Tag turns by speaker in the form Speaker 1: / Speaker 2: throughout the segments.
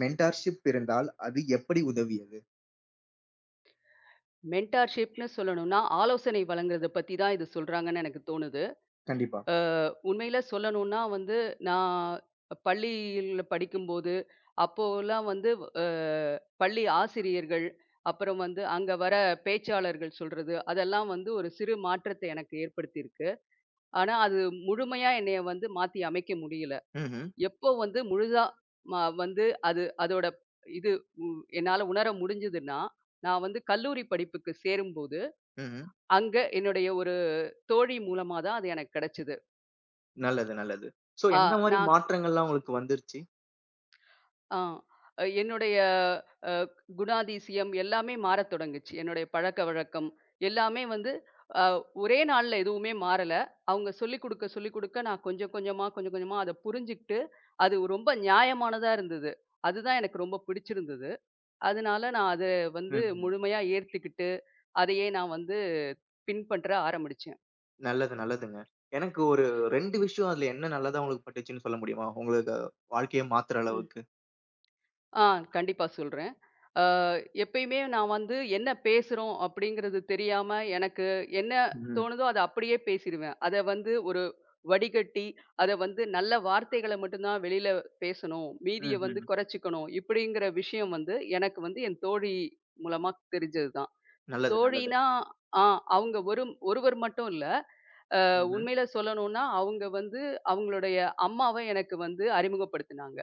Speaker 1: Mentorship இருந்தால் அது எப்படி உதவியது?
Speaker 2: மென்டார்ஷிப்ன்னு சொல்லணும்னா, ஆலோசனை வழங்குறத பத்தி தான் இது சொல்றாங்கன்னு எனக்கு தோணுது.
Speaker 1: கண்டிப்பா.
Speaker 2: அ உண்மையில சொல்லணும்னா வந்து, நான் பள்ளியில படிக்கும்போது, அப்போலாம் வந்து அ பள்ளி ஆசிரியர்கள், அப்புறம் வந்து அங்க வர பேச்சாளர்கள் சொல்றது, அதெல்லாம் வந்து ஒரு சிறு மாற்றத்தை எனக்கு ஏற்படுத்தியிருக்கு. ஆனா, அது முழுமையா என்னைய வந்து மாத்தி அமைக்க முடியல.
Speaker 1: ம்ஹ்ம்.
Speaker 2: எப்போ வந்து முழுதா ம வந்து அது அதோட இது உ என்னால உணர முடிஞ்சதுன்னா, நான் வந்து கல்லூரி படிப்புக்கு சேரும்போது
Speaker 1: ம்ஹ்ம்.
Speaker 2: அங்க என்னுடைய ஒரு தோழி மூலமா தான் அது எனக்கு கிடைச்சது.
Speaker 1: நல்லது, நல்லது. சோ,
Speaker 2: ஆ
Speaker 1: எந்த மாரி
Speaker 2: நான்
Speaker 1: மாற்றங்கள்லாம் உங்களுக்கு வந்துருச்சு?
Speaker 2: ஆ என்னுடைய அ குணாதிசயம் எல்லாமே மாறத் தொடங்குச்சு. என்னுடைய பழக்கவழக்கம் எல்லாமே வந்து அ ஒரே நாள்ல எதுவுமே மாறல. அவங்க சொல்லிக் குடுக்க, சொல்லிக் குடுக்க நான் கொஞ்சம் கொஞ்சமா, கொஞ்சம் கொஞ்சமா அத புரிஞ்சுகிட்டு, அது ரொம்ப நியாயமானதா இருந்தது. அதுதான் எனக்கு ரொம்ப பிடிச்சிருந்தது. அதனால நான் அத வந்து
Speaker 1: ம்ஹ்ம்.
Speaker 2: முழுமையா ஏத்துக்கிட்டு, அதையே நான் வந்து பின்பற்ற ஆரம்பிச்சேன்.
Speaker 1: நல்லது, நல்லதுங்க. எனக்கு ஒரு 2 விஷயம் அதுல என்ன நல்லதா உங்களுக்கு பட்டுச்சுன்னு சொல்ல முடியுமா? உங்களுக்கு வாழ்க்கைய மாத்துற
Speaker 2: ம்.
Speaker 1: அளவுக்கு?
Speaker 2: ஆ கண்டிப்பா சொல்றேன். அ எப்பயுமே நான் வந்து என்ன பேசுறோம் அப்படிங்கிறது தெரியாம எனக்கு என்ன
Speaker 1: ம்.
Speaker 2: தோணுதோ அத அப்படியே பேசிருவேன். அத வந்து ஒரு வடிகட்டி, அத வந்து நல்ல வார்த்தைகள மட்டும் தான் வெளியில பேசணும். மீதிய வந்து
Speaker 1: ம்ஹ்ம்.
Speaker 2: குறைச்சுக்கணும். இப்படிங்கிற விஷயம் வந்து எனக்கு வந்து என் தோழி மூலமா தெரிஞ்சது தான்.
Speaker 1: நல்லது, நல்லது.
Speaker 2: தோழினா ஆ அவங்க ஒருவர் மட்டும் இல்ல.
Speaker 1: ம்ஹ்ம்.
Speaker 2: உண்மையில சொல்லணும்னா அவங்க வந்து அவங்களுடைய அம்மாவ எனக்கு வந்து அறிமுகப்படுத்தினாங்க.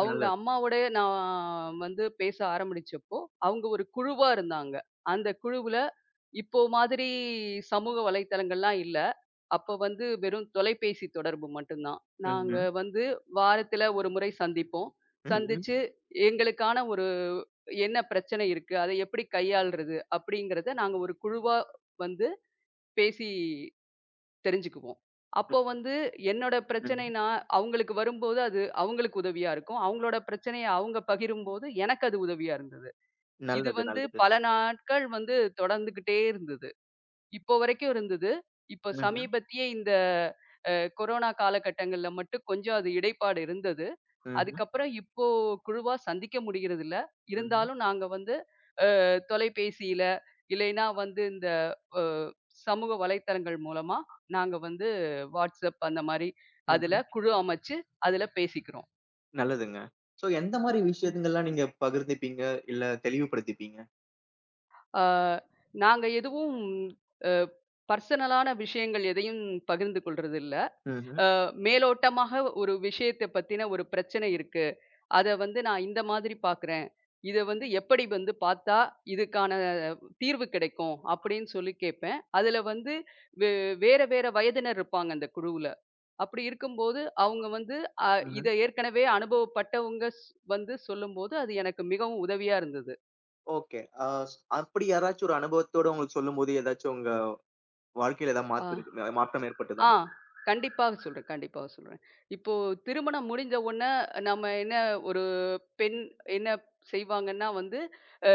Speaker 2: அவங்க
Speaker 1: நல்லது.
Speaker 2: அம்மாவோடயே நான் வந்து பேச ஆரம்பிச்சப்போ, அவங்க ஒரு குழுவா இருந்தாங்க. அந்த குழுவுல இப்போ மாதிரி சமூக வலைத்தளங்கள்லாம் இல்ல. அப்ப வந்து வெறும் தொலைபேசி தொடர்பு மட்டும் தான்.
Speaker 1: ம்ஹ்ம்.
Speaker 2: நாங்க வந்து வாரத்துல ஒரு முறை சந்திப்போம்.
Speaker 1: ம்ஹ்ம்.
Speaker 2: சந்திச்சு எங்களுக்கான ஒரு என்ன பிரச்சனை இருக்கு? அதை எப்படி கையாள்றது? அப்படிங்கிறத நாங்க ஒரு குழுவா வந்து பேசி தெரிஞ்சுக்குவோம். அப்போ வந்து என்னோட
Speaker 1: ம்.
Speaker 2: பிரச்சனை நான் அவங்களுக்கு வரும்போது, அது அவங்களுக்கு உதவியா இருக்கும். அவங்களோட பிரச்சனைய அவங்க பகிரும்போது, எனக்கு அது உதவியா இருந்தது. இது
Speaker 1: நல்லது,
Speaker 2: வந்து
Speaker 1: நல்லது.
Speaker 2: பல நாட்கள் வந்து தொடர்ந்துகிட்டே இருந்தது. இப்போ வரைக்கும் இருந்தது. இப்போ
Speaker 1: ம்ஹ்ம்.
Speaker 2: சமீபத்திய இந்த அ கொரோனா காலகட்டங்கள்ல மட்டும் கொஞ்சம் அது இடைப்பாடு இருந்தது.
Speaker 1: ம்ஹ்ம்.
Speaker 2: அதுக்கப்புறம் இப்போ குழுவா சந்திக்க முடிகிறதில்ல.
Speaker 1: ம்ஹ்ம்.
Speaker 2: இருந்தாலும் நாங்க வந்து தொலைபேசியில, இல்லைன்னா வந்து இந்த அ சமூக வலைத்தளங்கள் மூலமா நாங்க வந்து WhatsApp அந்த மாரி அதுல
Speaker 1: ம்ஹ்ம்.
Speaker 2: குழு அமைச்சு அதுல பேசிக்கிறோம்.
Speaker 1: நல்லதுங்க. சோ, எந்த மாரி விஷயங்கள்லாம் நீங்க பகிர்ந்துப்பீங்க? இல்ல தெளிவுபடுத்திப்பீங்க?
Speaker 2: ஆ நாங்க எதுவும் அ பர்சனலான விஷயங்கள் எதையும் பகிர்ந்து கொள்றது இல்ல.
Speaker 1: ம்ஹ்ம்.
Speaker 2: மேலோட்டமாக ஒரு விஷயத்த பத்தின ஒரு பிரச்சனை இருக்கு. அத வந்து நான் இந்த மாதிரி பார்க்குறேன். இத வந்து எப்படி வந்து பார்த்தா இதுக்கான தீர்வு கிடைக்கும்? அப்படின்னு சொல்லி கேட்பேன். அதுல வந்து வே வேற வேற வயதினர் இருப்பாங்க அந்த குழுவுல. அப்படி இருக்கும்போது, அவங்க வந்து அ இத
Speaker 1: ம்ஹ்ம்.
Speaker 2: ஏற்கனவே அனுபவப்பட்டவங்க வந்து சொல்லும்போது, அது எனக்கு மிகவும் உதவியா இருந்தது.
Speaker 1: ஓகே. அப்படி யாராச்சும் ஒரு அனுபவத்தோட உங்களுக்கு சொல்லும்போது, ஏதாச்சும் உங்க வாழ்க்கையில ஏதாவது
Speaker 2: ஆ,
Speaker 1: மாற்றம் ஏற்பட்டதா?
Speaker 2: ஆ. கண்டிப்பாக சொல்றேன், கண்டிப்பாக சொல்றேன். இப்போ திருமணம் முடிஞ்ச உடனே நம்ம என்ன ஒரு பெண் என்ன செய்வாங்கன்னா வந்து, அ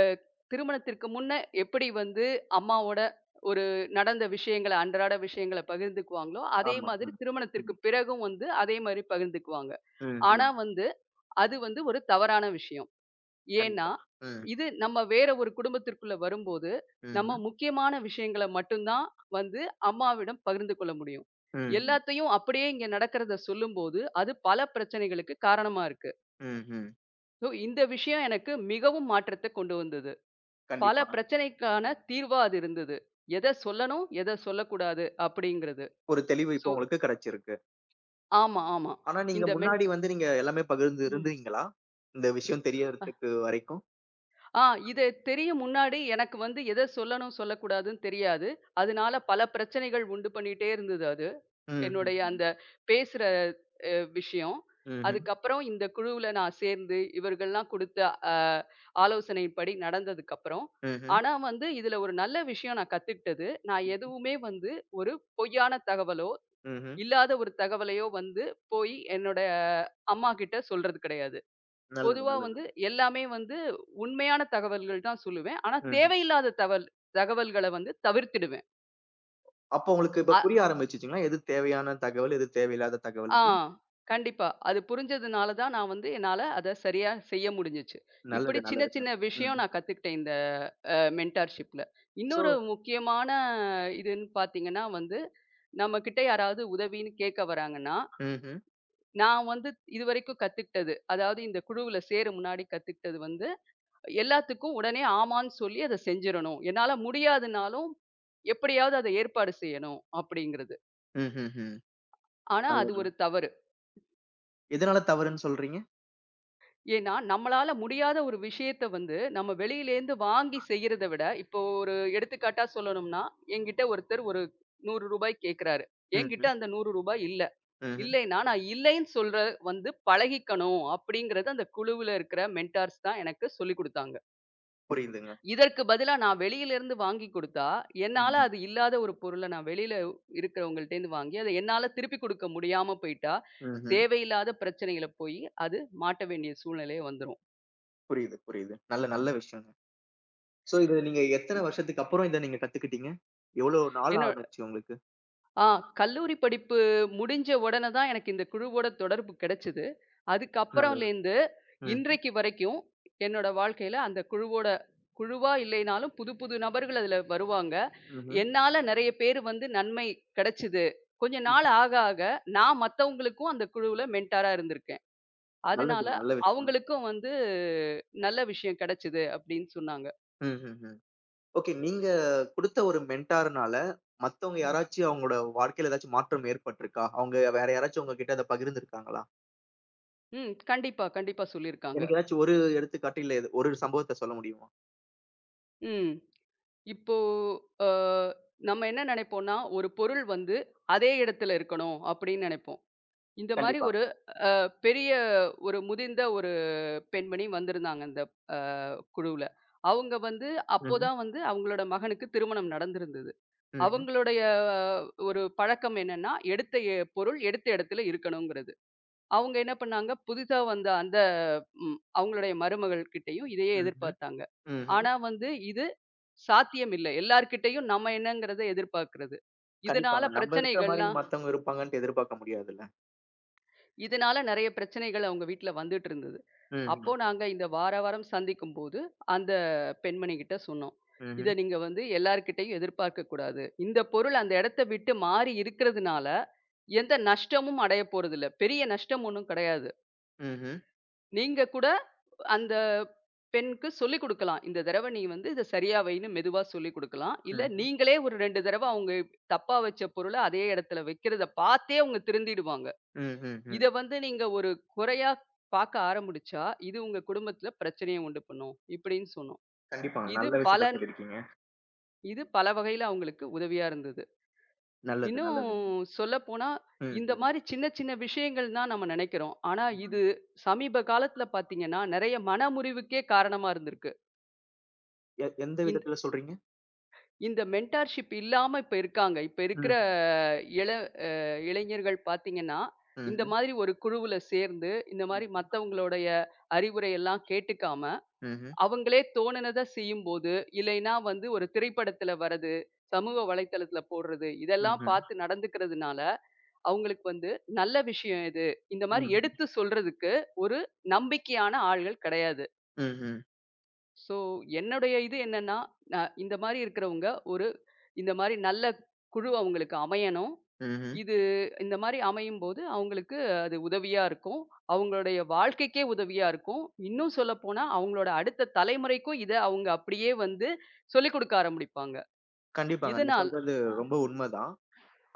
Speaker 2: திருமணத்திற்கு முன்ன எப்படி வந்து அம்மாவோட ஒரு நடந்த விஷயங்கள, அன்றாட விஷயங்கள பகிர்ந்துக்குவாங்களோ, அதே
Speaker 1: ஆமா.
Speaker 2: மாதிரி
Speaker 1: ம். ம்.
Speaker 2: திருமணத்திற்கு பிறகும் வந்து அதே மாரி பகிர்ந்துக்குவாங்க.
Speaker 1: ம்.
Speaker 2: ஆனா
Speaker 1: ம்.
Speaker 2: வந்து, அது வந்து ஒரு தவறான விஷயம். ஏன்னா,
Speaker 1: கண்டிப்பா. ம்.
Speaker 2: இது நம்ம வேற ஒரு குடும்பத்திற்குள்ள வரும்போது,
Speaker 1: ம்ஹ்ம்.
Speaker 2: நம்ம முக்கியமான விஷயங்கள மட்டும் தான் வந்து அம்மாவிடம் பகிர்ந்து கொள்ள முடியும்.
Speaker 1: ம். ம்.
Speaker 2: எல்லாத்தையும் அப்படியே இங்க நடக்கிறத சொல்லும்போது, அது பல பிரச்சனைகளுக்கு காரணமா இருக்கு.
Speaker 1: ம். ம்.
Speaker 2: ஸோ இந்த விஷயம் எனக்கு மிகவும் மாற்றத்த கொண்டு வந்தது. பல
Speaker 1: கண்டிப்பா.
Speaker 2: பிரச்சனைக்கான தீர்வா அது இருந்தது. எத சொல்லணும், எத சொல்லக்கூடாது அப்படிங்கிறது.
Speaker 1: ஒரு தெளிவு
Speaker 2: ஸோ
Speaker 1: இப்ப உங்களுக்கு கிடைச்சிருக்கு.
Speaker 2: ஆமா, ஆமா.
Speaker 1: ஆனா நீங்க
Speaker 2: இந்த மென்
Speaker 1: முன்னாடி வந்து நீங்க எல்லாமே பகிர்ந்து
Speaker 2: ம்.
Speaker 1: இருந்தீங்களா? இந்த விஷயம் தெரியறதுக்கு வரைக்கும்?
Speaker 2: ஆ இது தெரியும் முன்னாடி எனக்கு வந்து எத சொல்லணும், சொல்லக்கூடாதுன்னு தெரியாது. அதனால பல பிரச்சனைகள் உண்டு பண்ணிட்டே இருந்தது அது. என்னுடைய
Speaker 1: ம்.
Speaker 2: அந்த பேசுற அ விஷயம்.
Speaker 1: ம்ஹ்ம்.
Speaker 2: அதுக்கப்புறம் இந்த குழுவுல நான் சேர்ந்து இவர்கள்லாம் குடுத்த அ ஆலோசனையின்படி நடந்ததுக்கப்புறம்,
Speaker 1: ம்ஹ்ம்.
Speaker 2: ஆனா வந்து இதுல ஒரு நல்ல விஷயம் நான் கத்துக்கிட்டது, நான் எதுவுமே வந்து ஒரு பொய்யான தகவலோ,
Speaker 1: ம்ஹ்ம்.
Speaker 2: இல்லாத ஒரு தகவலையோ வந்து போய் என்னோட அம்மாகிட்ட சொல்றது கிடையாது.
Speaker 1: நல்லது,
Speaker 2: பொதுவா
Speaker 1: நல்லது.
Speaker 2: வந்து எல்லாமே வந்து உண்மையான தகவல்கள் தான் சொல்லுவேன். ஆனா
Speaker 1: ம்ஹ்ம்.
Speaker 2: தேவையில்லாத தகவல்கள வந்து தவிர்த்திடுவேன்.
Speaker 1: அப்போ உங்களுக்கு இப்ப புரிய
Speaker 2: அ
Speaker 1: ஆரம்பிச்சுச்சுங்களா? எது தேவையான தகவல், எது தேவையில்லாத
Speaker 2: ஆ
Speaker 1: தகவல்ன்னு?
Speaker 2: கண்டிப்பா. அது புரிஞ்சதுனால தான் நான் வந்து என்னால அத சரியா செய்ய முடிஞ்சுச்சு. இப்படி
Speaker 1: நல்லது,
Speaker 2: சின்ன
Speaker 1: நல்லதுங்க.
Speaker 2: சின்ன
Speaker 1: ம்.
Speaker 2: விஷயம் நான் கத்துக்கிட்டேன் இந்த மென்டார்ஷிப்ல.
Speaker 1: சோ
Speaker 2: இன்னொரு முக்கியமான இதுன்னு பார்த்தீங்கன்னா வந்து, நம்மகிட்ட யாராவது உதவின்னு கேட்க வராங்கன்னா,
Speaker 1: ம்ஹ்ம்.
Speaker 2: நான் வந்து இதுவரைக்கும் கத்துக்கிட்டது, அதாவது இந்த குழுவுல சேர முன்னாடி கத்துக்கிட்டது வந்து எல்லாத்துக்கும் உடனே ஆமான்னு சொல்லி அத செஞ்சிரணும். என்னால முடியாதுன்னாலும், எப்படியாவது அத ஏற்பாடு செய்யணும் அப்படிங்கிறது.
Speaker 1: ம்ஹ்ஹ்ம்.
Speaker 2: ஆனா அது
Speaker 1: நல்லது.
Speaker 2: ஒரு தவறு.
Speaker 1: எதனால தவறுன்னு சொல்றீங்க?
Speaker 2: ஏன்னா, நம்மளால முடியாத ஒரு விஷயத்த வந்து நம்ம வெளியிலேருந்து வாங்கி செய்யறத விட, இப்போ ஒரு எடுத்துக்காட்டா சொல்லணும்னா, என்கிட்ட ஒருத்தர் ஒரு ரூ. 100 கேட்கறாரு. என்கிட்ட
Speaker 1: ம்ஹ்ம்.
Speaker 2: அந்த ரூ. 100 இல்ல.
Speaker 1: ம்ஹ்ம்.
Speaker 2: இல்லைன்னா, நான் இல்லைன்னு சொல்ற வந்து பழகிக்கணும் அப்படிங்கிறது அந்த குழுவுல இருக்கிற மென்டார்ஸ் தான் எனக்கு சொல்லிக் குடுத்தாங்க.
Speaker 1: புரியுதுங்க.
Speaker 2: இதற்கு பதிலா நான் வெளியிலிருந்து வாங்கி குடுத்தா, என்னால
Speaker 1: ம்ஹ்ம்.
Speaker 2: அது இல்லாத ஒரு பொருள நான் வெளியில இருக்கிறவங்கள்ட்டேருந்து வாங்கி, அத என்னால திருப்பி குடுக்க முடியாம போயிட்டா,
Speaker 1: ம்ஹ்ம்.
Speaker 2: தேவையில்லாத பிரச்சனையில போயி, அது மாட்ட வேண்டிய சூழ்நிலை வந்துரும்.
Speaker 1: புரியுது, புரியுது. நல்ல நல்ல விஷயங்க. சோ, இது நீங்க எத்தன
Speaker 2: ம்.
Speaker 1: வருஷத்துக்கு அப்புறம் இத நீங்க கத்துக்கிட்டீங்க? எவ்வளோ நாள்
Speaker 2: என்ன
Speaker 1: ஆனுச்சு உங்களுக்கு?
Speaker 2: ஆ கல்லூரி படிப்பு முடிஞ்ச உடனே தான் எனக்கு இந்த குழுவோட தொடர்பு கிடைச்சது.
Speaker 1: நல்லது.
Speaker 2: அதுக்கப்புறம்லேருந்து
Speaker 1: ம்ஹ்ம்.
Speaker 2: இன்றைக்கு வரைக்கும் என்னோட வாழ்க்கையில அந்த குழுவோட குழுவா இல்லைனாலும் புது புது நபர்கள் அதில வருவாங்க.
Speaker 1: ம்ஹ்ம்.
Speaker 2: என்னால நெறைய பேரு வந்து நன்மை கிடைச்சது. கொஞ்ச நாள்
Speaker 1: ம்.
Speaker 2: ஆக ஆக நான் மத்தவங்களுக்கும் அந்த குழுவுல மென்டாரா இருந்திருக்கேன். அதனால
Speaker 1: நல்லதுங்க. நல்ல விஷயம்.
Speaker 2: அவங்களுக்கும் வந்து நல்ல விஷயம் கிடைச்சது அப்படின்னு சொன்னாங்க.
Speaker 1: ம்ஹ்ஹ்ம். ஓகே. நீங்க குடுத்த ஒரு மென்டார்னால மத்தவங்க யாராச்சும் அவங்களோட வாழ்க்கையில ஏதாச்சும் மாற்றம் ஏற்பட்டிருக்கா? அவங்க வேற யாராச்சும் உங்ககிட்ட அத பகிர்ந்திருக்காங்களா?
Speaker 2: ம் கண்டிப்பா, கண்டிப்பா சொல்லியிருக்காங்க.
Speaker 1: எனக்கு ஏதாச்சும் ஒரு எடுத்துக்காட்டு இல்ல ஒரு சம்பவத்த சொல்ல முடியுமா?
Speaker 2: ம். இப்போ அ நம்ம என்ன நினைப்போம்னா, ஒரு பொருள் வந்து அதே இடத்துல இருக்கணும் அப்படின்னு நினைப்போம். இந்த மாரி
Speaker 1: கண்டிப்பா.
Speaker 2: ஒரு பெரிய ஒரு முதிர்ந்த ஒரு பெண்மணி வந்திருந்தாங்க அந்த அ குழுவுல. அவங்க வந்து
Speaker 1: ம்ஹ்ம்.
Speaker 2: அப்போதான் வந்து அவங்களோட மகனுக்கு திருமணம் நடந்திருந்தது.
Speaker 1: ம்ஹ்ம்.
Speaker 2: அவங்களுடைய ஒரு பழக்கம் என்னன்னா, எடுத்த பொருள் எடுத்த இடத்துல இருக்கணுங்கிறது. அவங்க என்ன பண்ணாங்க, புதிதா வந்த அந்த அவங்களுடைய மருமகள் கிட்டயும் இதையே
Speaker 1: ம்ஹ்ம்.
Speaker 2: எதிர்பார்த்தாங்க.
Speaker 1: ம்ஹ்ம்.
Speaker 2: ஆனா வந்து இது சாத்தியம் இல்ல. எல்லார்கிட்டயும் நம்ம என்னங்கிறத எதிர்பார்க்கிறது. இதனால
Speaker 1: கண்டிப்பாங்க. நம்ம இருக்கிற மாரி
Speaker 2: பிரச்சனைகள்லாம்.
Speaker 1: மத்தவங்க இருப்பாங்கன்ட்டு எதிர்பார்க்க முடியாதுல்ல.
Speaker 2: இதனால நெறைய பிரச்சனைகள் அவங்க வீட்ல வந்துட்டு இருந்தது.
Speaker 1: ம்ஹ்ம்.
Speaker 2: அப்போ நாங்க இந்த வார வாரம் சந்திக்கும்போது, அந்த பெண்மணி கிட்ட சொன்னோம். இத
Speaker 1: ம்ஹ்ம்.
Speaker 2: நீங்க வந்து எல்லார்கிட்டயும் எதிர்பார்க்கக் கூடாது. இந்த பொருள் அந்த இடத்த விட்டு மாறி இருக்கிறதுனால, எந்த நஷ்டமும் அடையப் போறதில்ல. பெரிய நஷ்டம் ஒண்ணும் கிடையாது.
Speaker 1: ம்ஹ்ம்.
Speaker 2: நீங்க கூட அந்த பெண்ணுக்கு சொல்லிக் குடுக்கலாம். இந்த தடவ நீ வந்து இத சரியா வைன்னு மெதுவா சொல்லிக் குடுக்கலாம். இல்ல
Speaker 1: ம்ஹ்ம்.
Speaker 2: நீங்களே ஒரு 2 தடவ அவங்க தப்பா வச்ச பொருள அதே இடத்துல வைக்கிறத பார்த்தே அவங்க திருந்திடுவாங்க.
Speaker 1: ம், ம்,
Speaker 2: இத
Speaker 1: ம்.
Speaker 2: வந்து நீங்க ஒரு குறையா பார்க்க ஆரம்பிச்சா, இது உங்க குடும்பத்துல பிரச்சனைய உண்டு பண்ணும். இப்படின்னு சொன்னோம்.
Speaker 1: கண்டிப்பாங்க.
Speaker 2: இது
Speaker 1: நல்ல விஷயத்த
Speaker 2: பலன்.
Speaker 1: சொல்லியிருக்கீங்க.
Speaker 2: இது பல வகையில அவங்களுக்கு உதவியா இருந்தது.
Speaker 1: நல்லது,
Speaker 2: இன்னும்
Speaker 1: நல்லதுங்க.
Speaker 2: சொல்லப்போனா,
Speaker 1: ம்,
Speaker 2: இந்த
Speaker 1: ம்,
Speaker 2: மாரி சின்ன சின்ன விஷயங்கள் தான் நம்ம நினைக்கிறோம். ஆனா
Speaker 1: ம்.
Speaker 2: இது சமீப காலத்துல பார்த்தீங்கன்னா, நெறைய மன முறிவுக்கே காரணமா இருந்திருக்கு.
Speaker 1: எந்த விதத்துல சொல்றீங்க?
Speaker 2: இந்த மென்டார்ஷிப் இல்லாம இப்ப இருக்காங்க. இப்ப
Speaker 1: ம்ஹ்ம்.
Speaker 2: இருக்கிற இள இளைஞர்கள் பார்த்தீங்கன்னா, இந்த
Speaker 1: ம்ஹ்ம்.
Speaker 2: மாதிரி ஒரு குழுவுல சேர்ந்து, இந்த மாரி
Speaker 1: ம்ஹ்ம்.
Speaker 2: மத்தவங்களுடைய அறிவுரை எல்லாம் கேட்டுக்காம,
Speaker 1: ம்ஹ்ம்.
Speaker 2: அவங்களே தோணுனத செய்யும்போது, இல்லைன்னா வந்து ஒரு திரைப்படத்துல வர்றது, சமூக வலைத்தளத்துல போடுறது, இதெல்லாம் பார்த்து நடந்துக்கிறதுனால, அவங்களுக்கு வந்து நல்ல விஷயம் எது? இந்த மாரி
Speaker 1: ம்ஹ்ம்.
Speaker 2: எடுத்து சொல்றதுக்கு ஒரு நம்பிக்கையான ஆள்கள் கிடையாது.
Speaker 1: ம்ஹ்ம்.
Speaker 2: ஸோ, என்னுடைய இது என்னன்னா, இந்த மாரி இருக்கிறவங்க ஒரு இந்த மாரி நல்ல குழு அவங்களுக்கு அமையணும்.
Speaker 1: ம்ஹ்ம்.
Speaker 2: இது இந்த மாரி அமையும்போது அவங்களுக்கு அது உதவியா இருக்கும். அவங்களுடைய வாழ்க்கைக்கே உதவியா இருக்கும். இன்னும் சொல்லப்போனா, அவங்களோட அடுத்த தலைமுறைக்கும் இத அவங்க அப்படியே வந்து சொல்லிக் கொடுக்க ஆரம்பிப்பாங்க.
Speaker 1: கண்டிப்பாங்க. நீங்க
Speaker 2: இதனால்
Speaker 1: சொல்றது
Speaker 2: அ
Speaker 1: ரொம்ப உண்மதான்.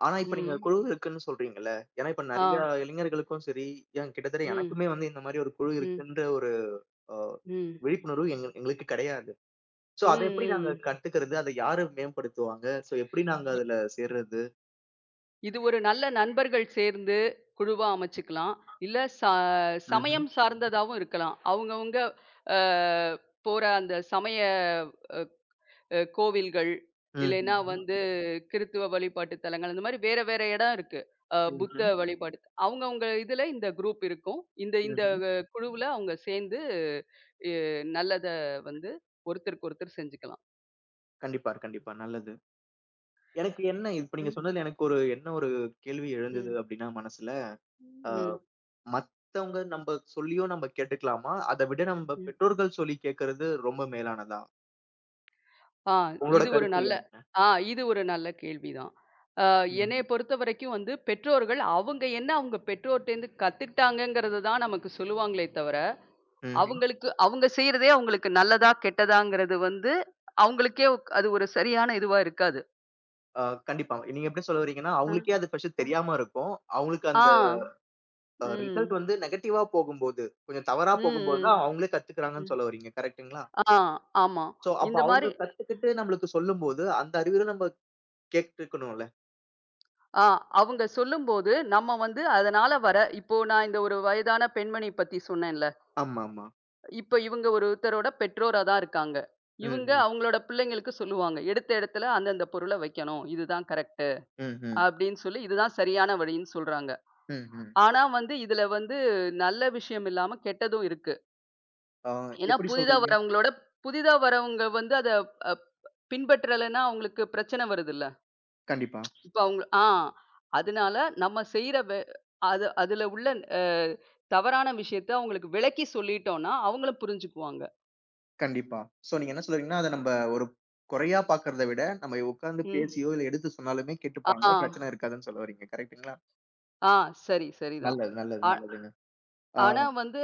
Speaker 1: ஆனா இப்ப நீங்க
Speaker 2: ம்.
Speaker 1: குழு இருக்குன்னு சொல்றீங்கல்ல. ஏன்னா இப்ப
Speaker 2: ஆ.
Speaker 1: நெறைய இளைஞர்களுக்கும் சரி, ஏன் கிட்டத்தட்ட
Speaker 2: ம்.
Speaker 1: எனக்குமே வந்து இந்த மாரி ஒரு குழு
Speaker 2: ம்.
Speaker 1: இருக்குன்ற ஒரு அ
Speaker 2: ம்.
Speaker 1: விழிப்புணர்வு எங்களுக்கு கிடையாது. சோ,
Speaker 2: ம்.
Speaker 1: அத
Speaker 2: ம்.
Speaker 1: எப்படி நாங்க
Speaker 2: ம்.
Speaker 1: கத்துக்கிறது? அத யாரு மேம்படுத்துவாங்க? சோ, எப்படி நாங்க அதுல சேர்றது?
Speaker 2: இது ஒரு நல்ல நண்பர்கள் சேர்ந்து குழுவா அமைச்சுக்கலாம். இல்ல
Speaker 1: ம்ஹ்ம்.
Speaker 2: சமயம் சார்ந்ததாவும் இருக்கலாம். அவங்கவங்க அ போற அந்த சமய அ அ கோவில்கள்,
Speaker 1: ம்,
Speaker 2: இல்லைன்னா
Speaker 1: ம்ஹ்ம்.
Speaker 2: வந்து கிறித்துவ வழிபாட்டு தலங்கள் அந்த மாரி வேற வேற இடம் இருக்கு. புத்த
Speaker 1: ம்ஹ்ம்.
Speaker 2: வழிபாடு அவங்கவங்க இதுல இந்த குரூப் இருக்கும். இந்த இந்த
Speaker 1: ம்ஹ்ம்.
Speaker 2: குழுவுல அவங்க சேர்ந்து எ நல்லத வந்து ஒருத்தருக்கு ஒருத்தர் செஞ்சுக்கலாம்.
Speaker 1: கண்டிப்பா, கண்டிப்பா. நல்லது. எனக்கு என்ன இப்ப நீங்க
Speaker 2: ம்.
Speaker 1: சொன்னதுல எனக்கு ஒரு என்ன ஒரு கேள்வி எழுந்தது
Speaker 2: ம்.
Speaker 1: அப்படின்னா மனசுல, அ
Speaker 2: ம்.
Speaker 1: மத்தவங்க நம்ப சொல்லியோ நம்ப கேட்டுக்கலாமா? அத விட நம்ப
Speaker 2: ம்.
Speaker 1: பெற்றோர்கள் சொல்லி கேட்கறது ரொம்ப மேலானதா?
Speaker 2: ஆ,
Speaker 1: உங்களோட
Speaker 2: இது ஒரு
Speaker 1: கருத்து
Speaker 2: நல்ல
Speaker 1: என்ன?
Speaker 2: ஆ இது ஒரு நல்ல கேள்விதான். அ
Speaker 1: ம்ஹ்ம்.
Speaker 2: என்னைய பொறுத்தவரைக்கும் வந்து பெற்றோர்கள் அவங்க என்ன அவங்க பெற்றோர்ட்டேருந்து கத்துக்கிட்டாங்கங்கிறத தான் நமக்கு சொல்லுவாங்களே தவிர,
Speaker 1: ம்ஹ்ம்.
Speaker 2: அவங்களுக்கு அவங்க செய்றதே அவங்களுக்கு நல்லதா, கெட்டதாங்கிறது வந்து அவங்களுக்கே அது ஒரு சரியான இதுவா இருக்காது.
Speaker 1: அ கண்டிப்பா. நீங்க எப்படி சொல்ல வர்றீங்கன்னா,
Speaker 2: அ,
Speaker 1: அவங்களுக்கே அது ஃபர்ஸ்ட்
Speaker 2: அ.
Speaker 1: தெரியாம இருக்கும். அவங்களுக்கு
Speaker 2: ஆ.
Speaker 1: அந்த ரிசல்ட்
Speaker 2: ம்.
Speaker 1: வந்து நெகட்டிவா போகும்போது, கொஞ்சம் தவறா
Speaker 2: ம்,
Speaker 1: போகும்போது
Speaker 2: ம்,
Speaker 1: தான் அவங்களே கத்துக்கிறாங்கன்னு
Speaker 2: ம்.
Speaker 1: சொல்ல வர்றீங்க. கரெக்ட்டுங்களா?
Speaker 2: ஆ, ஆமா.
Speaker 1: சோ, அப்ப
Speaker 2: இந்த
Speaker 1: அவங்க
Speaker 2: மாரி
Speaker 1: கத்துக்கிட்டு நம்மளுக்கு சொல்லும்போது, அந்த அறிவுரை நம்ம கேட்டுருக்கணும்ல.
Speaker 2: ஆ அவங்க சொல்லும்போது நம்ம வந்து அதனால வர இப்போ நான் இந்த ஒரு வயதான பெண்மணி பத்தி சொன்னேன்ல.
Speaker 1: ஆமாமா.
Speaker 2: இப்ப இவங்க ஒருத்தரோட பெற்றோரா தான் இருக்காங்க. இவங்க
Speaker 1: ம்ஹ்ம்.
Speaker 2: அவங்களோட பிள்ளைங்களுக்கு சொல்லுவாங்க. எடுத்த இடத்துல அந்தந்த பொருள வைக்கணும். இதுதான் கரெக்ட்டு.
Speaker 1: ம்ஹ்ம்.
Speaker 2: அப்படின்னு சொல்லி இதுதான் சரியான வழின்னு சொல்றாங்க.
Speaker 1: ம்ஹ்ம்.
Speaker 2: ஆனா வந்து இதுல வந்து நல்ல விஷயம் இல்லாம கெட்டதும் இருக்கு.
Speaker 1: ஆ
Speaker 2: ஏன்னா
Speaker 1: எப்படி
Speaker 2: புதிதா
Speaker 1: சொல்றீங்க?
Speaker 2: வரவங்களோட புதிதா வரவங்க வந்து அத அ பின்பற்றலைன்னா அவங்களுக்கு பிரச்சனை வருதுல்ல.
Speaker 1: கண்டிப்பா,
Speaker 2: இப்ப அவங்க அதனால நம்ம செய்ற அது அதுல உள்ள அ தவறான விஷயத்த அவங்களுக்கு விளக்கி சொல்லிட்டோம்னா அவங்களும் புரிஞ்சுக்குவாங்க.
Speaker 1: கண்டிப்பா. சோ, நீங்க என்ன சொல்றீங்கன்னா, அத நம்ப ஒரு குறையா பார்க்கிறத விட, நம்ம உட்கார்ந்து
Speaker 2: ம்.
Speaker 1: பேசியோ, இல்ல எடுத்து சொன்னாலுமே
Speaker 2: ஆ.
Speaker 1: கேட்டுப்பாங்க. பிரச்சனை இருக்காதுன்னு சொல்ல வர்றீங்க. கரெக்ட்டுங்களா?
Speaker 2: ஆ சரி, சரிதான்.
Speaker 1: நல்லது, நல்லது,
Speaker 2: ஆ
Speaker 1: நல்லதுங்க. ஆ
Speaker 2: ஆனா வந்து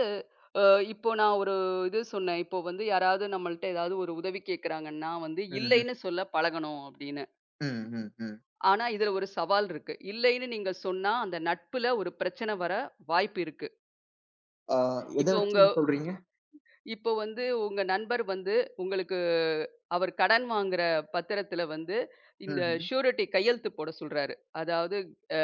Speaker 2: அ இப்போ நான் ஒரு இது சொன்னேன். இப்போ வந்து யாராவது நம்மள்ட்ட ஏதாவது ஒரு உதவி கேட்கறாங்கன்னா வந்து,
Speaker 1: ம்ஹ்ம்.
Speaker 2: இல்லைன்னு சொல்ல பழகணும் அப்படின்னு.
Speaker 1: ம், ம், ம். ம்.
Speaker 2: ஆனா இதுல ஒரு சவால் இருக்கு. இல்லைன்னு நீங்க சொன்னா, அந்த நட்புல ஒரு பிரச்சனை வர வாய்ப்பு இருக்கு.
Speaker 1: ஆ எத
Speaker 2: இப்போ
Speaker 1: வச்சு
Speaker 2: உங்க
Speaker 1: இது சொல்றீங்க?
Speaker 2: இப்போ வந்து உங்க நண்பர் வந்து உங்களுக்கு அவர் கடன் வாங்குற பத்திரத்துல வந்து இந்த
Speaker 1: ம்ஹ்ம்.
Speaker 2: ஷூரிட்டி கையெழுத்து போட சொல்றாரு. அதாவது அ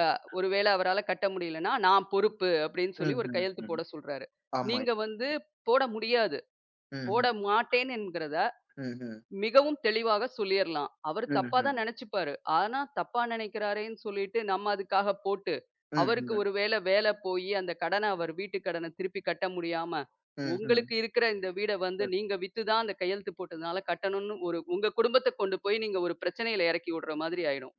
Speaker 2: அ ஒருவேளை அவரால கட்ட முடியலன்னா, நான் பொறுப்பு அப்படின்னு சொல்லி
Speaker 1: ம்,
Speaker 2: ஒரு
Speaker 1: ம், ம்.
Speaker 2: கையெழுத்து
Speaker 1: ம்.
Speaker 2: போட சொல்றாரு.
Speaker 1: ஆமா.
Speaker 2: நீங்க வந்து போட முடியாது.
Speaker 1: ம்ஹ்ம்.
Speaker 2: போட மாட்டேன்கிறத
Speaker 1: ம்ஹ்ம்.
Speaker 2: மிகவும் தெளிவாக சொல்லிறலாம். அவரு தப்பா தான்
Speaker 1: ம்ஹ்ம்.
Speaker 2: நெனச்சுப்பாரு. ஆனா, தப்பா நெனைக்கிறாரேன்னு சொல்லிட்டு நம்ம அதுக்காக போட்டு, அவருக்கு
Speaker 1: ம்ஹ்ம்.
Speaker 2: ஒரு வேல போயி அந்த கடன அவர் வீட்டு கடன திருப்பி கட்ட முடியாம,
Speaker 1: ம்ஹ்ம்.
Speaker 2: உங்களுக்கு இருக்கிற இந்த வீட வந்து
Speaker 1: ம்.
Speaker 2: நீங்க வித்து தான் அந்த கையெழுத்து போட்டதுனால கட்டணும்னு ஒரு உங்க குடும்பத்த கொண்டு போய் நீங்க ஒரு பிரச்சனையில எறக்கி விடுற மாதிரி ஆயிடும்.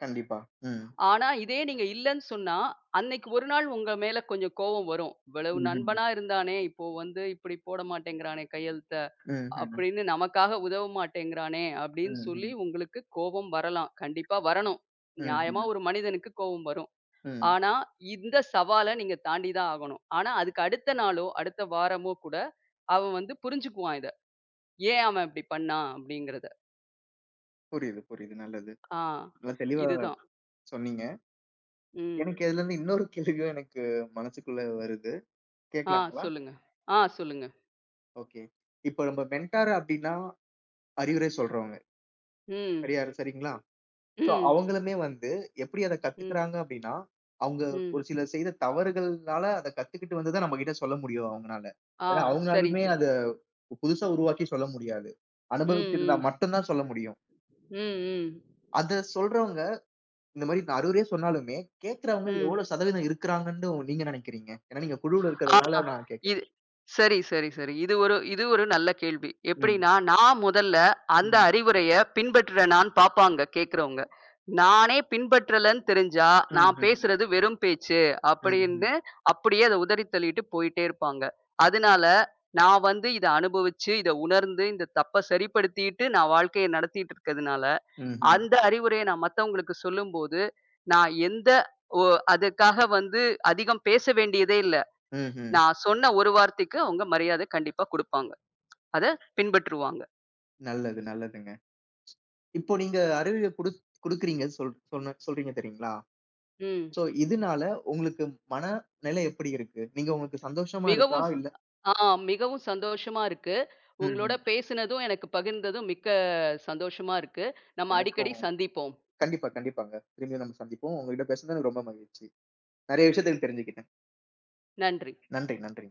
Speaker 1: கண்டிப்பா. ம்.
Speaker 2: ஆனா, இதே நீங்க இல்லன்னு சொன்னா, அன்னைக்கு ஒரு நாள் உங்க மேல கொஞ்சம் கோவம் வரும். இவ்வளவு
Speaker 1: ம்ஹ்ம்.
Speaker 2: நண்பனா இருந்தானே, இப்போ வந்து இப்படி போட மாட்டேங்கிறானே கையெழுத்த.
Speaker 1: ம்ஹ்ம்.
Speaker 2: அப்படின்னு நமக்காக உதவ மாட்டேங்கிறானே அப்படின்னு சொல்லி
Speaker 1: ம்ஹ்ம்.
Speaker 2: உங்களுக்கு கோபம் வரலாம். கண்டிப்பா வரணும். நியாயமா
Speaker 1: ம்ஹ்ம்.
Speaker 2: ஒரு மனிதனுக்கு கோபம் வரும்.
Speaker 1: ம்.
Speaker 2: ஆனா, இந்த சவால நீங்க தாண்டி தான் ஆகணும். ஆனா, அதுக்கு அடுத்த நாளோ, அடுத்த வாரமோ கூட அவன் வந்து புரிஞ்சுக்குவான் இத. ஏன் அவன் இப்படி பண்ணான் அப்படிங்கிறத.
Speaker 1: புரியுது, புரியுது. நல்லது.
Speaker 2: ஆ
Speaker 1: நல்லா தெளிவா
Speaker 2: இதுதான்.
Speaker 1: சொன்னீங்க.
Speaker 2: ம்.
Speaker 1: எனக்கு இதுலருந்து இன்னொரு கேள்வியும் எனக்கு மனசுக்குள்ள வருது.
Speaker 2: ஆ
Speaker 1: கேட்கலாங்களா?
Speaker 2: சொல்லுங்க. சொல்லுங்க.
Speaker 1: ஓகே. இப்ப நம்ம மென்டார் அப்டின்னா, அறிவுரை சொல்றவங்க.
Speaker 2: ம்.
Speaker 1: சரியா சரிங்களா? ஸோ,
Speaker 2: ம்.
Speaker 1: அவங்களுமே வந்து எப்படி அத
Speaker 2: ம்.
Speaker 1: கத்துக்குறாங்க அப்படின்னா, அவங்க
Speaker 2: ம்.
Speaker 1: ஒரு சில செய்த தவறுகள்னால அத கத்துக்கிட்டு வந்து தான் நம்மகிட்ட சொல்ல முடியும் அவங்கனால.
Speaker 2: ஆ
Speaker 1: ஏன்னா
Speaker 2: சரி,
Speaker 1: அவங்களாலயுமே
Speaker 2: சரி.
Speaker 1: அத புதுசா உருவாக்கி சொல்ல முடியாது.
Speaker 2: ம்.
Speaker 1: அனுபவிச்சிருந்தா
Speaker 2: ம்.
Speaker 1: மட்டும் தான் சொல்ல முடியும்.
Speaker 2: ம். ம்.
Speaker 1: அத சொல்றவங்க இந்த மாரி நான் அறிவுரையா சொன்னாலுமே, கேட்கிறவங்க
Speaker 2: ம்.
Speaker 1: எவ்வளோ சதவீதம் இருக்கிறாங்கன்னு நீங்க நினைக்கிறீங்க? ஏன்னா நீங்க குழுவுல
Speaker 2: ஆ.
Speaker 1: இருக்கிறதுனால நான் கேட்கிறேன்.
Speaker 2: இது சரி, சரி, சரி. இது ஒரு நல்ல கேள்வி.
Speaker 1: ம்.
Speaker 2: எப்படின்னா, நான் முதல்ல அந்த
Speaker 1: ம்.
Speaker 2: அறிவுரைய பின்பற்றுறேனான்னு பார்ப்பாங்க கேட்கிறவங்க. நானே பின்பற்றலன்னு தெரிஞ்சா, நான்
Speaker 1: ம்ஹ்ம்.
Speaker 2: பேசுறது வெறும் பேச்சு
Speaker 1: ம்ஹ்ம்.
Speaker 2: அப்படின்னு அப்படியே அத உதறி தள்ளிட்டு போயிட்டே இருப்பாங்க. அதனால நான் வந்து இத அனுபவிச்சு, இத உணர்ந்து, இந்த தப்ப சரிப்படுத்திட்டு நான் வாழ்க்கைய நடத்திட்டு இருக்கிறதுனால,
Speaker 1: ம்ஹ்ம்.
Speaker 2: அந்த அறிவுரைய நான் மத்தவங்களுக்கு சொல்லும்போது, நான் எந்த ஒ அதுக்காக வந்து அதிகம் பேச வேண்டியதே இல்ல.
Speaker 1: ம்ஹ்ம்.
Speaker 2: நான் சொன்ன ஒரு வார்த்தைக்கு அவங்க மரியாதை கண்டிப்பா குடுப்பாங்க. அத பின்பற்றுவாங்க.
Speaker 1: நல்லது, நல்லதுங்க. இப்போ நீங்க அறிவுரை குடுக்குறீங்க சொல்றீங்க தெரியுங்களா?
Speaker 2: ம்.
Speaker 1: சோ, இதுனால உங்களுக்கு மனநிலை எப்படி இருக்கு? நீங்க உங்களுக்கு சந்தோஷமா
Speaker 2: மிகவும்
Speaker 1: இருக்கா?
Speaker 2: ஸ்
Speaker 1: இல்ல
Speaker 2: ஆ மிகவும் சந்தோஷமா இருக்கு.
Speaker 1: ம்ஹ்ம்.
Speaker 2: உங்களோட பேசினதும், எனக்கு பகிர்ந்ததும் மிக்க சந்தோஷமா இருக்கு. நம்ம அடிக்கடி
Speaker 1: எனக்கும்
Speaker 2: சந்திப்போம்.
Speaker 1: கண்டிப்பா, கண்டிப்பாங்க. திரும்பியும் நம்ம சந்திப்போம். உங்ககிட்ட பேசுனது எனக்கு ரொம்ப மகிழ்ச்சி. நெறைய விஷயத்த தெரிஞ்சுக்கிட்டேன்.
Speaker 2: நன்றி.
Speaker 1: நன்றி, நன்றி.